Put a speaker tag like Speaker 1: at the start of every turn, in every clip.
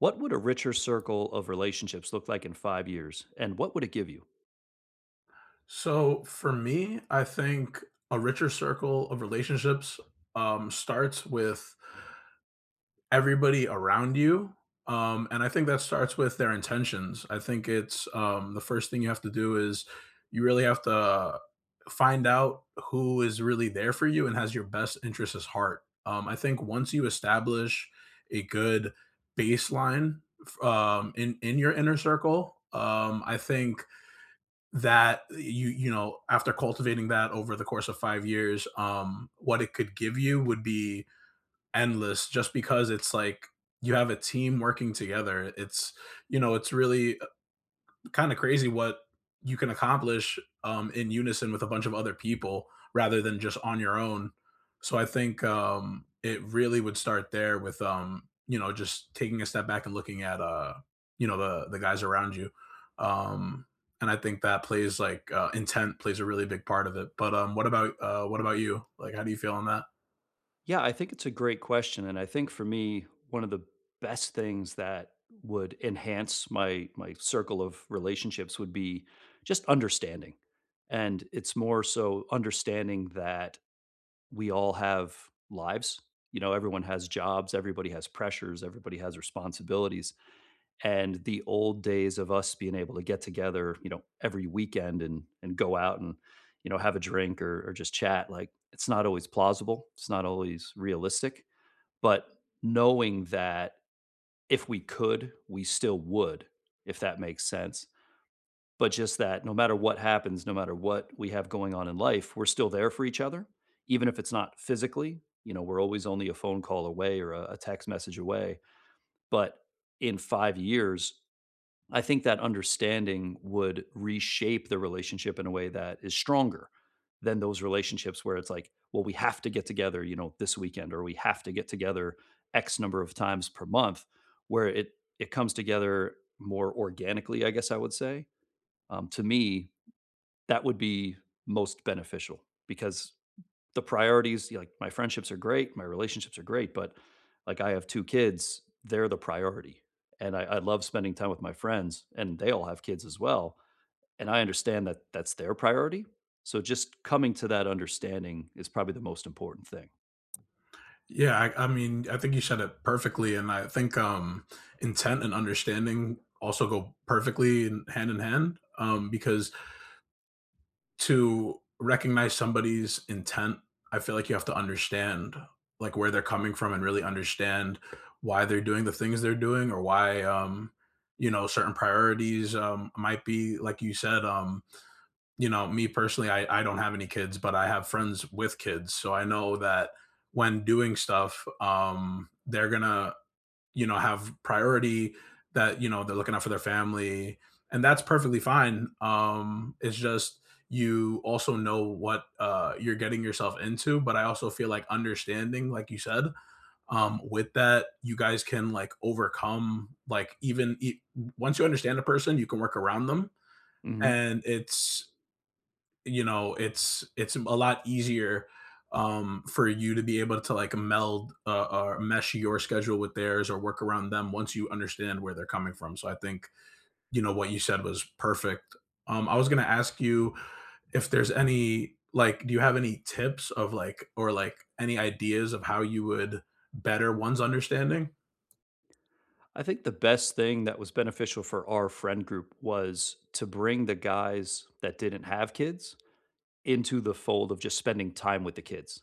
Speaker 1: What would a richer circle of relationships look like in 5 years? And what would it give you?
Speaker 2: So for me, I think a richer circle of relationships starts with everybody around you. And I think that starts with their intentions. I think it's the first thing you have to do is you really have to find out who is really there for you and has your best interests at heart. I think once you establish a good baseline in your inner circle, I think that you know after cultivating that over the course of 5 years what it could give you would be endless just because it's like you have a team working together. It's it's really kind of crazy what you can accomplish in unison with a bunch of other people rather than just on your own. So I think it really would start there with you know, just taking a step back and looking at you know, the guys around you. um and I think that plays like intent plays a really big part of it. But what about you? Like, how do you feel on that?
Speaker 1: Yeah, I think it's a great question. And I think for me, one of the best things that would enhance my circle of relationships would be just understanding. And it's more so understanding that we all have lives. You know, everyone has jobs, everybody has pressures, everybody has responsibilities. And the old days of us being able to get together, you know, every weekend and go out and, you know, have a drink or just chat, like, it's not always plausible, it's not always realistic, but knowing that if we could, we still would, if that makes sense. But just that no matter what happens, no matter what we have going on in life, we're still there for each other, even if it's not physically, you know, we're always only a phone call away or a text message away, but in 5 years, I think that understanding would reshape the relationship in a way that is stronger than those relationships where it's like, well, we have to get together, you know, this weekend, or we have to get together X number of times per month, where it comes together more organically, I guess I would say. To me, that would be most beneficial because the priorities, like my friendships are great, my relationships are great, but like I have two kids, they're the priority. And I love spending time with my friends, and they all have kids as well. And I understand that that's their priority. So just coming to that understanding is probably the most important thing.
Speaker 2: Yeah, I mean, I think you said it perfectly, and I think intent and understanding also go perfectly in hand because to recognize somebody's intent, I feel like you have to understand like where they're coming from and really understand why they're doing the things they're doing or why you know, certain priorities might be like you said. You know, me personally, I don't have any kids, but I have friends with kids, so I know that when doing stuff they're going to you know, have priority, that you know, they're looking out for their family, and that's perfectly fine. It's just you also know what you're getting yourself into. But I also feel like understanding, like you said, with that you guys can like overcome, like once you understand a person, you can work around them.
Speaker 1: Hmm.
Speaker 2: And it's you know, it's a lot easier, for you to be able to like meld or mesh your schedule with theirs, or work around them once you understand where they're coming from. So I think you know what you said was perfect. I was gonna ask you if there's any like, do you have any tips of like, or like any ideas of how you would better one's understanding?
Speaker 1: I think the best thing that was beneficial for our friend group was to bring the guys that didn't have kids into the fold of just spending time with the kids.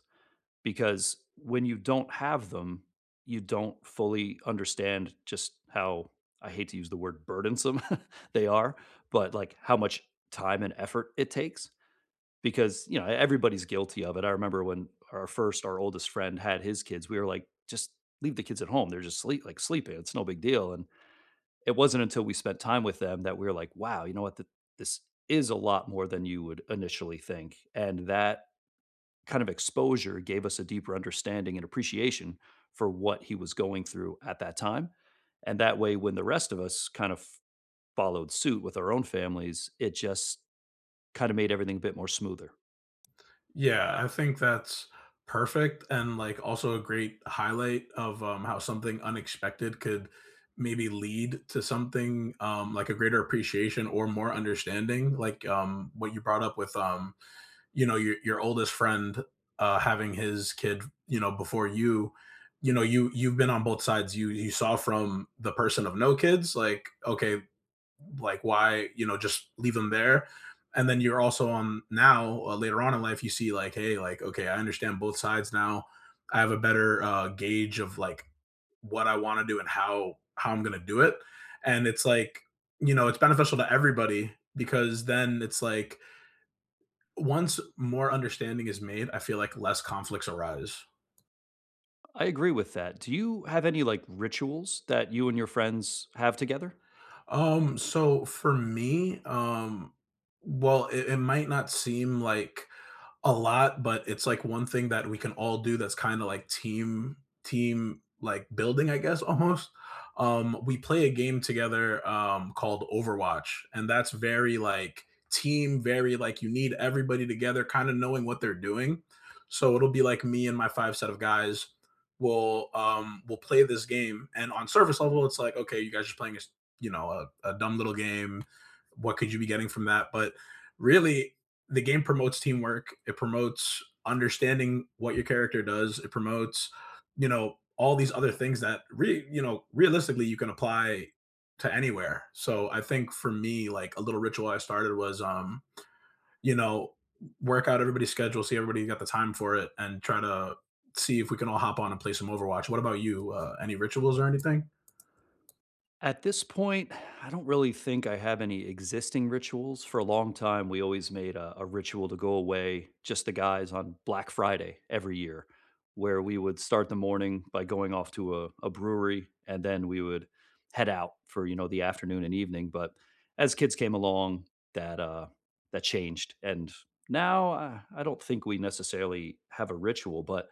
Speaker 1: Because when you don't have them, you don't fully understand just how, I hate to use the word burdensome, they are, but like how much time and effort it takes because, you know, everybody's guilty of it. I remember when our first our oldest friend had his kids, we were like, just leave the kids at home. They're just sleep like sleeping. It's no big deal. And it wasn't until we spent time with them that we were like, wow, you know what? This is a lot more than you would initially think. And that kind of exposure gave us a deeper understanding and appreciation for what he was going through at that time. And that way, when the rest of us kind of followed suit with our own families, it just kind of made everything a bit more smoother.
Speaker 2: Yeah, I think that's perfect, and like also a great highlight of how something unexpected could maybe lead to something like a greater appreciation or more understanding. Like what you brought up with you know, your oldest friend having his kid, you know, before you. You know, you've been on both sides. You saw from the person of no kids, like, okay, like, why, you know, just leave them there? And then you're also on now, later on in life, you see, like, hey, like, okay, I understand both sides now. I have a better gauge of like what I want to do and how I'm gonna do it. And it's like, you know, it's beneficial to everybody because then it's like once more understanding is made, I feel like less conflicts arise.
Speaker 1: I agree with that. Do you have any like rituals that you and your friends have together?
Speaker 2: So for me, well, it might not seem like a lot, but it's, like, one thing that we can all do that's kinda, like, like, building, I guess, almost. We play a game together, called Overwatch, and that's very, like, team, very, like, you need everybody together, kinda knowing what they're doing. So it'll be, like, me and my 5 set of guys will play this game, and on surface level, it's like, "Okay, you guys are playing a s you know, a dumb little game. What could you be getting from that?" But really, the game promotes teamwork. It promotes understanding what your character does. It promotes, you know, all these other things that you know, realistically you can apply to anywhere. So I think for me, like a little ritual I started was, you know, work out everybody's schedule, see everybody got the time for it, and try to see if we can all hop on and play some Overwatch. What about you? Any rituals or anything?
Speaker 1: At this point, I don't really think I have any existing rituals. For a long time, we always made a ritual to go away, just the guys on Black Friday every year, where we would start the morning by going off to a brewery and then we would head out for, you know, the afternoon and evening. But as kids came along, that that changed. And now I don't think we necessarily have a ritual, but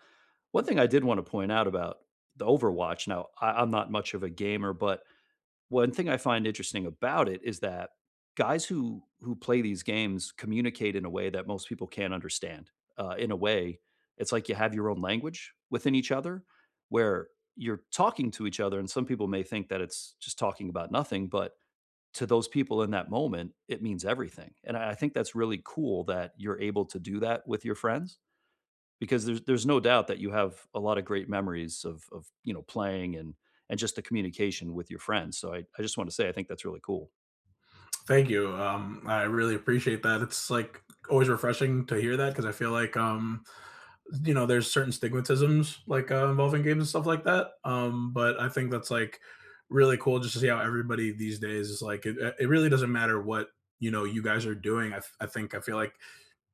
Speaker 1: one thing I did want to point out about the Overwatch. Now, I'm not much of a gamer, but one thing I find interesting about it is that guys who play these games communicate in a way that most people can't understand. In a way, it's like you have your own language within each other, where you're talking to each other, and some people may think that it's just talking about nothing, but to those people in that moment, it means everything. And I think that's really cool that you're able to do that with your friends. Because there's no doubt that you have a lot of great memories of, you know, playing and just the communication with your friends, so I just wanna say I think that's really cool.
Speaker 2: Thank you. I really appreciate that. It's like always refreshing to hear that, because I feel like you know, there's certain stigmatisms like involving games and stuff like that. But I think that's like really cool just to see how everybody these days is like, it really doesn't matter what you know, you guys are doing. I think I feel like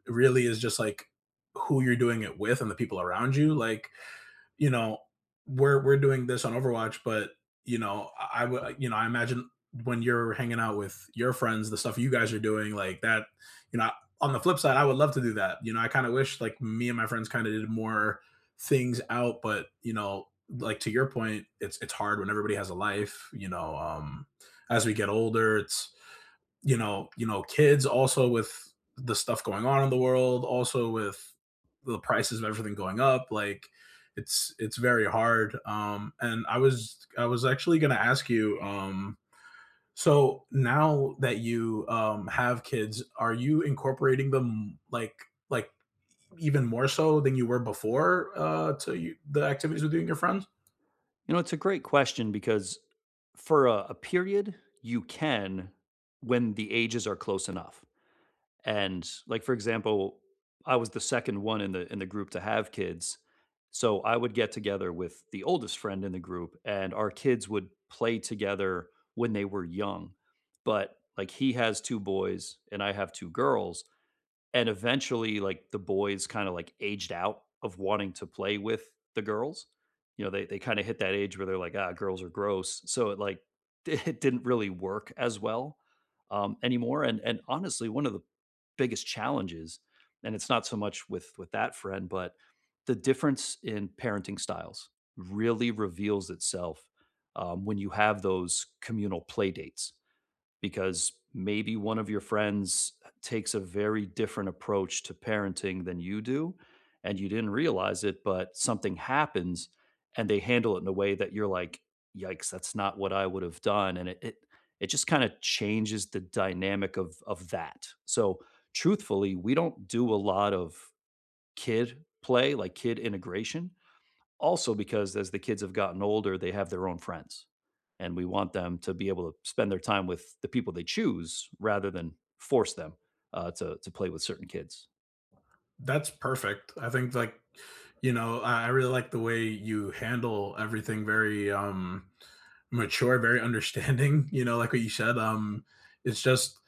Speaker 2: it really is just like who you're doing it with and the people around you. Like, you know, we're doing this on Overwatch, but you know, I would you know, I imagine when you're hanging out with your friends, the stuff you guys are doing, like that, you know, on the flip side, I would love to do that. You know, I kind of wish like me and my friends kind of did more things out, but you know, like to your point, it's hard when everybody has a life, you know, as we get older, it's you know, kids, also with the stuff going on in the world, also with the prices of everything going up, like it's very hard. And I was actually going to ask you, so now that you have kids, are you incorporating them like like even more so than you were before to you, the activities with you and your friends?
Speaker 1: You know, it's a great question because for a period, you can when the ages are close enough. And like for example, I was the second one in the group to have kids. So I would get together with the oldest friend in the group and our kids would play together when they were young. But like he has two boys and I have two girls. And eventually, like, the boys kinda, like, aged out of wanting to play with the girls. You know, they kinda hit that age where they're like, "Ah, girls are gross." So it, like, it didn't really work as well, anymore, and honestly, one of the biggest challenges, and it's not so much with that friend, but the difference in parenting styles really reveals itself, when you have those communal play dates because maybe one of your friends takes a very different approach to parenting than you do, and you didn't realize it, but something happens and they handle it in a way that you're like, yikes, that's not what I would have done. And it just kind of changes the dynamic of that. So truthfully we don't do a lot of kid play, like kid integration, also because as the kids have gotten older, they have their own friends, and we want them to be able to spend their time with the people they choose rather than force them, to play with certain kids.
Speaker 2: That's perfect. I think like, you know, I really like the way you handle everything very mature, very understanding, you know, like what you said. It's just,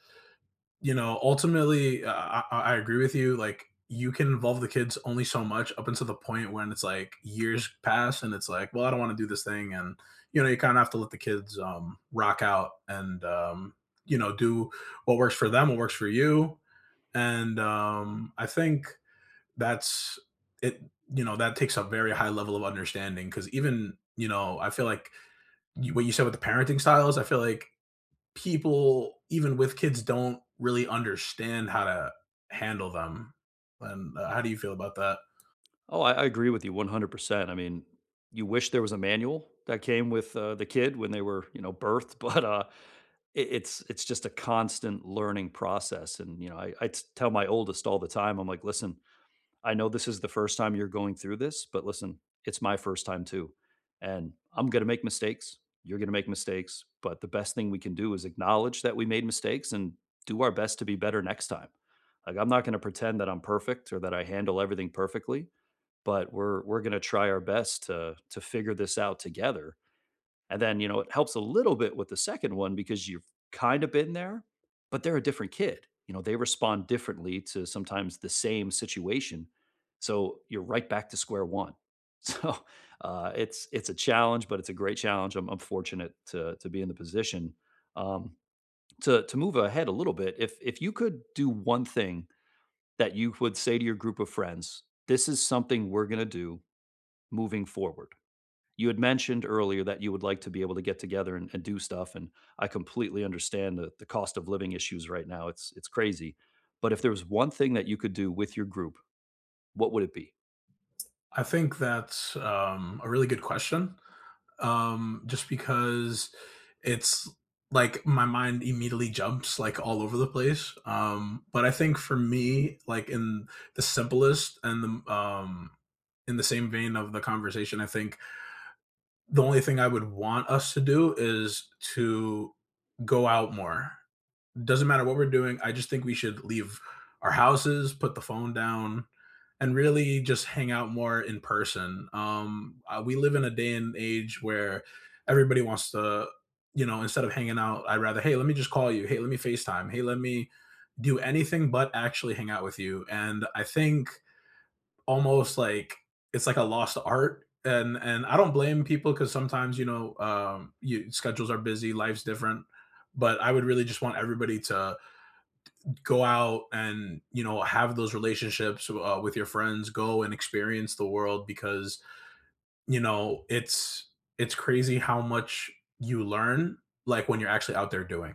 Speaker 2: you know, ultimately I agree with you. Like you can involve the kids only so much up until the point when it's like years pass and it's like, well, I don't want to do this thing. And you know, you kind of have to let the kids rock out and you know, do what works for them, what works for you. And I think that's it. You know, that takes a very high level of understanding, because even you know, I feel like you, what you said with the parenting styles, I feel like people even with kids don't really understand how to handle them. And how do you feel about that?
Speaker 1: Oh, I agree with you 100%. I mean, you wish there was a manual that came with, the kid when they were, you know, birthed, but, it it's just a constant learning process, and, you know, I t tell my oldest all the time, I'm like, "Listen, I know this is the first time you're going through this, but listen, it's my first time too. And I'm going to make mistakes. You're going to make mistakes. But the best thing we can do is acknowledge that we made mistakes and do our best to be better next time. Like I'm not going to pretend that I'm perfect or that I handle everything perfectly, but we're going to try our best to figure this out together and then, you know, it helps a little bit with the second one because you've kind of been there, but they're a different kid. You know, they respond differently to sometimes the same situation. So you're right back to square one. So it's a challenge, but it's a great challenge. I'm fortunate to be in the position. Um, to move ahead a little bit, if you could do one thing that you would say to your group of friends, this is something we're gonna do moving forward. You had mentioned earlier that you would like to be able to get together and do stuff, and I completely understand the cost of living issues right now. It's crazy. But if there was one thing that you could do with your group, what would it be?
Speaker 2: I think that's a really good question, just because it's like my mind immediately jumps like all over the place. But I think for me, like in the simplest and the, in the same vein of the conversation, I think the only thing I would want us to do is to go out more. Doesn't matter what we're doing. I just think we should leave our houses, put the phone down, and really just hang out more in person. We live in a day and age where everybody wants to, you know, instead of hanging out, I'd rather, hey, let me just call you. Hey, let me FaceTime. Hey, let me do anything but actually hang out with you. And I think almost like it's like a lost art. And I don't blame people, because sometimes you know, schedules are busy, life's different. But I would really just want everybody to go out and you know, have those relationships with your friends. Go and experience the world, because you know, it's crazy how much you learn like when you're actually out there doing.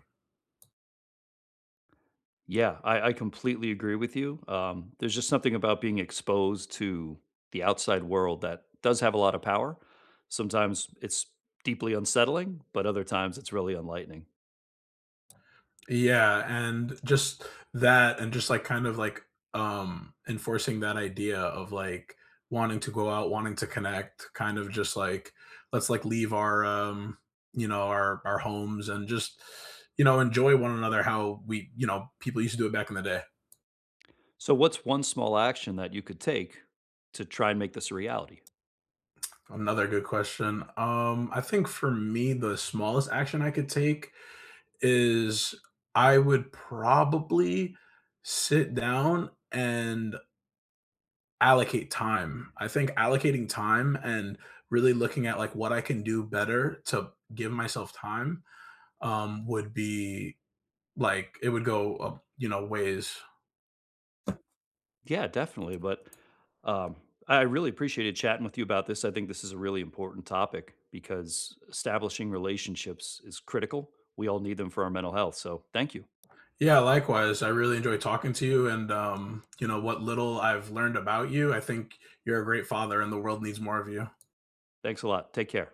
Speaker 1: Yeah, I completely agree with you. There's just something about being exposed to the outside world that does have a lot of power. Sometimes it's deeply unsettling, but other times it's really enlightening.
Speaker 2: Yeah, and just that, and just like kind of like enforcing that idea of like wanting to go out, wanting to connect, kind of just like, let's like leave our, you know, our homes, and just you know, enjoy one another how we you know, people used to do it back in the day.
Speaker 1: So, what's one small action that you could take to try and make this a reality?
Speaker 2: Another good question. I think for me, the smallest action I could take is I would probably sit down and allocate time. I think allocating time and really looking at like what I can do better to give myself time would be like, it would go you know, ways.
Speaker 1: Yeah, definitely. But Um, I really appreciated chatting with you about this. I think this is a really important topic because establishing relationships is critical. We all need them for our mental health. So thank you.
Speaker 2: Yeah, likewise. I really enjoy talking to you, and you know, what little I've learned about you, I think you're a great father, and the world needs more of you.
Speaker 1: Thanks a lot. Take care.